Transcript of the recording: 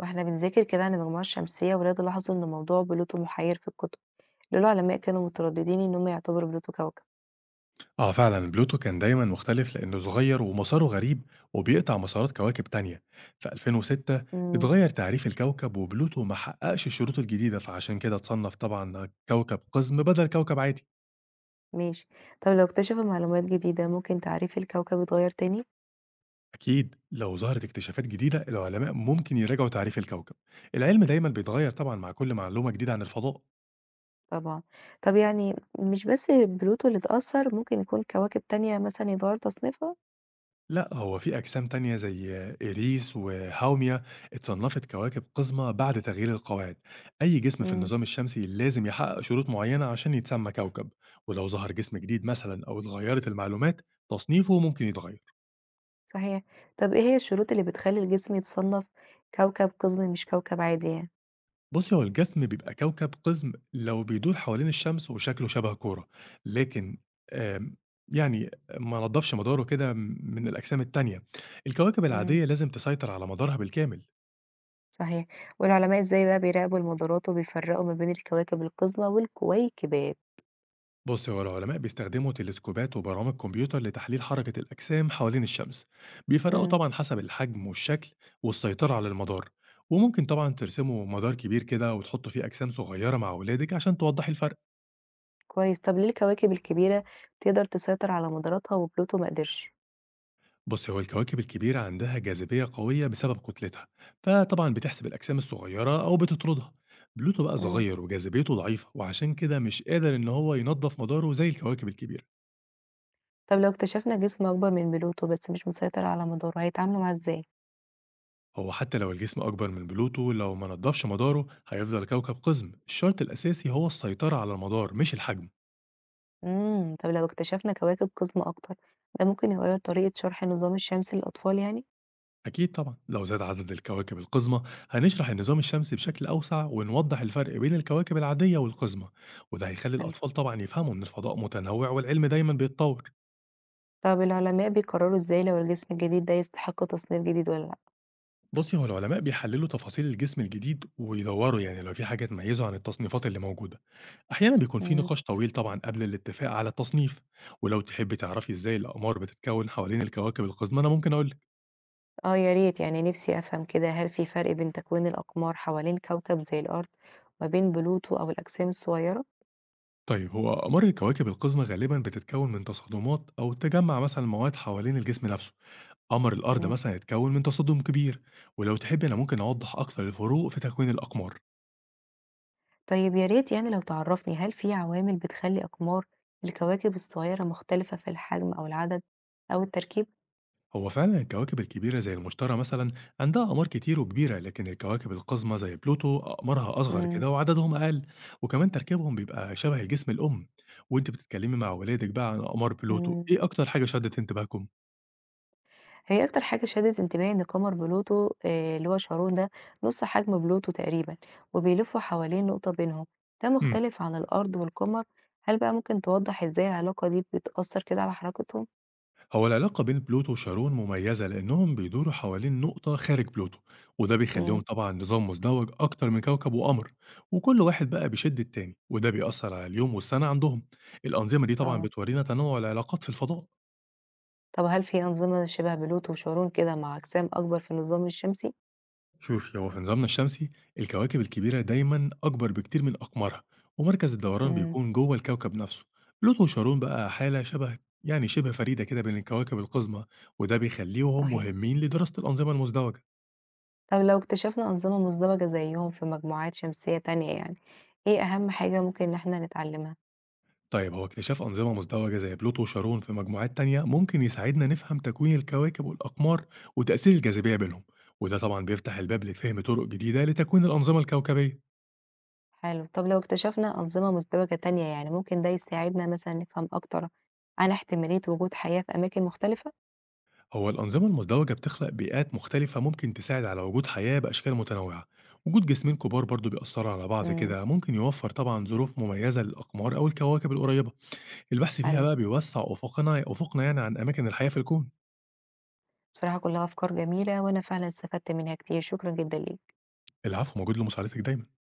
واحنا بنذاكر كده عن المجموعة الشمسية، ولاد لاحظوا ان موضوع بلوتو محير في الكتب، لولا العلماء كانوا مترددين ان هم يعتبروا بلوتو كوكب. اه فعلا بلوتو كان دايما مختلف لأنه صغير ومساره غريب وبيقطع مسارات كواكب تانية في 2006 امم. اتغير تعريف الكوكب وبلوتو ما حققش الشروط الجديدة فعشان كده اتصنف طبعا كوكب قزم بدل كوكب عادي. ماشي. طب لو اكتشفوا معلومات جديدة ممكن تعريف الكوكب يتغير تاني؟ أكيد لو ظهرت اكتشافات جديدة العلماء ممكن يراجعوا تعريف الكوكب. العلم دايما بيتغير طبعا مع كل معلومة جديدة عن الفضاء. طبعا. طب يعني، مش بس بلوتو اللي اتأثر ممكن يكون كواكب تانية مثلا يتغير تصنيفها؟ لأ، هو في أجسام تانية زي إريس وهاومية اتصنفت كواكب قزمة بعد تغيير القواعد، أي جسم في امم. النظام الشمسي لازم يحقق شروط معينة عشان يتسمى كوكب، ولو ظهر جسم جديد مثلا أو اتغيرت المعلومات تصنيفه ممكن يتغير. صحيح. طب ايه هي الشروط اللي بتخلي الجسم يتصنف كوكب قزمي مش كوكب عادي يعني؟ بصي، هو الجسم بيبقى كوكب قزم لو بيدور حوالين الشمس وشكله شبه كورة، لكن آمم، يعني ما نضفش مداره كده من الأجسام التانية. الكواكب امم. العادية لازم تسيطر على مدارها بالكامل. صحيح. والعلماء ازاي بقى بيراقبوا المدارات وبيفرقوا ما بين الكواكب القزمة والكويكبات؟ بص، هو العلماء بيستخدموا تلسكوبات وبرامج كمبيوتر لتحليل حركة الأجسام حوالين الشمس. بيفرقوا إمم. طبعا حسب الحجم والشكل والسيطرة على المدار. وممكن طبعا ترسموا مدار كبير كده وتحطوا فيه أجسام صغيرة مع أولادك عشان توضحي الفرق. كويس. طب ليه الكواكب الكبيرة تقدر تسيطر على مداراتها وبلوتو ما قدرش؟ بص، هو الكواكب الكبيرة عندها جاذبية قوية بسبب كتلتها، فطبعا بتحسب الأجسام الصغيرة أو بتطردها. بلوتو بقى إمم، صغير وجاذبيته ضعيفة وعشان كده مش قادر إن هو ينظف مداره زي الكواكب الكبيرة. طب لو اكتشفنا جسم أكبر من بلوتو بس مش مسيطر على مداره هيتعاملوا معاه إزاي؟ هو حتى لو الجسم أكبر من بلوتو لو ما نضفش مداره هيفضل كوكب قزم. الشرط الأساسي هو السيطرة على المدار مش الحجم. طب لو اكتشفنا كواكب قزمة أكتر، ده ممكن يغيّر طريقة شرح النظام الشمسي للأطفال يعني؟ أكيد طبعا لو زاد عدد الكواكب القزمة هنشرح النظام الشمسي بشكل أوسع ونوضح الفرق بين الكواكب العادية والقزمة، وده هيخلي حلو. الأطفال طبعا يفهموا إن الفضاء متنوع والعلم دايما بيتطور. طب العلماء بيقرروا إزاي لو الجسم الجديد ده يستحق تصنيف جديد والّا لأ؟ بُصّي، هو العلماء بيحلّلوا تفاصيل الجسم الجديد ويدوّروا يعني لو في حاجة تميّزه عن التصنيفات اللي موجودة. أحيانًا بيكون في إمم. نقاش طويل طبعًا قبل الاتفاق على التصنيف، ولو تحبّي تعرفي إزاي الأقمار بتتكوّن حوالين الكواكب القزمة، أنا ممكن أقول لِك. آه، يا ريت يعني نفسي أفهم كده، هل في فرق بين تكوين الأقمار حوالين كوكب زي الأرض وما بين بلوتو أو الأجسام الصغيرة؟ طيب، هو أقمار الكواكب القزمة غالبًا بتتكوّن من تصادمات أو تجمّع مثلًا مواد حوالين الجسم نفسه. قمر الأرض إمم. مثلًا اتكوّن من تصادم كبير، ولو تحبّي أنا ممكن أوضّح أكتر الفروق في تكوين الأقمار. طيب يا ريت يعني لو تعرفني هل في عوامل بتخلي أقمار الكواكب الصغيرة مختلفة في الحجم أو العدد أو التركيب؟ هو فعلا الكواكب الكبيرة زي المشتري مثلا عندها أقمار كتير وكبيرة، لكن الكواكب القزمة زي بلوتو أقمارها أصغر مم. كده وعددهم أقل. وكمان تركيبهم بيبقى شبه الجسم الأم. وأنت بتتكلمي مع ولادك بقى عن أقمار بلوتو مم. إيه أكتر حاجة شدت انتباهكم؟ هي أكتر حاجة شدت انتباهي إن قمر بلوتو اللي هو شارون ده نص حجم بلوتو تقريبا وبيلف حوالين نقطة بينهم، ده مم. مختلف عن الأرض والقمر. هل بقى ممكن توضح إزاي العلاقة دي بتأثر كده على حركتهم؟ هو العلاقة بين بلوتو وشارون مميزة لأنهم بيدوروا حوالين نقطة خارج بلوتو، وده بيخليهم مم. طبعا نظام مزدوج أكتر من كوكب وقمر. وكل واحد بقى بيشد التاني وده بيأثر على اليوم والسنة عندهم. الأنظمة دي طبعا طبعا. بتورينا تنوع العلاقات في الفضاء. طب هل في أنظمة شبه بلوتو وشارون كده مع أجسام أكبر في النظام الشمسي؟ شوفي، هو في نظامنا الشمسي الكواكب الكبيرة دايما أكبر بكتير من أقمارها ومركز الدوران مم. بيكون جوه الكوكب نفسه. بلوتو وشارون بقى حالة شبه يعني شبه فريدة كده بين الكواكب القزمة، وده بيخليهم صحيح. مهمين لدراسة الأنظمة المزدوجة. طب لو اكتشفنا أنظمة مزدوجة زيهم في مجموعات شمسية تانية يعني، إيه أهم حاجة ممكن إن إحنا نتعلمها؟ طيب، هو اكتشاف أنظمة مزدوجة زي بلوتو وشارون في مجموعات تانية ممكن يساعدنا نفهم تكوين الكواكب والأقمار وتأثير الجاذبية بينهم، وده طبعا بيفتح الباب لفهم طرق جديدة لتكوين الأنظمة الكوكبية. حلو. طب لو اكتشفنا أنظمة مزدوجة تانية يعني ممكن ده يساعدنا مثلًا نفهم أكتر عن احتمالية وجود حياة في أماكن مختلفة؟ هو الأنظمة المزدوجة بتخلق بيئات مختلفة ممكن تساعد على وجود حياة بأشكال متنوعة. وجود جسمين كبار برضو بيأثروا على بعض إمم. كده ممكن يوفر طبعا ظروف مميزة للأقمار أو الكواكب القريبة. البحث فيها حلو. بقى بيوسع أفقنا يعني عن أماكن الحياة في الكون. بصراحة كلها أفكار جميلة وأنا فعلًا استفدت منها كتير، شكرًا جدًا ليك. العفو، موجود لمساعدتك دايما.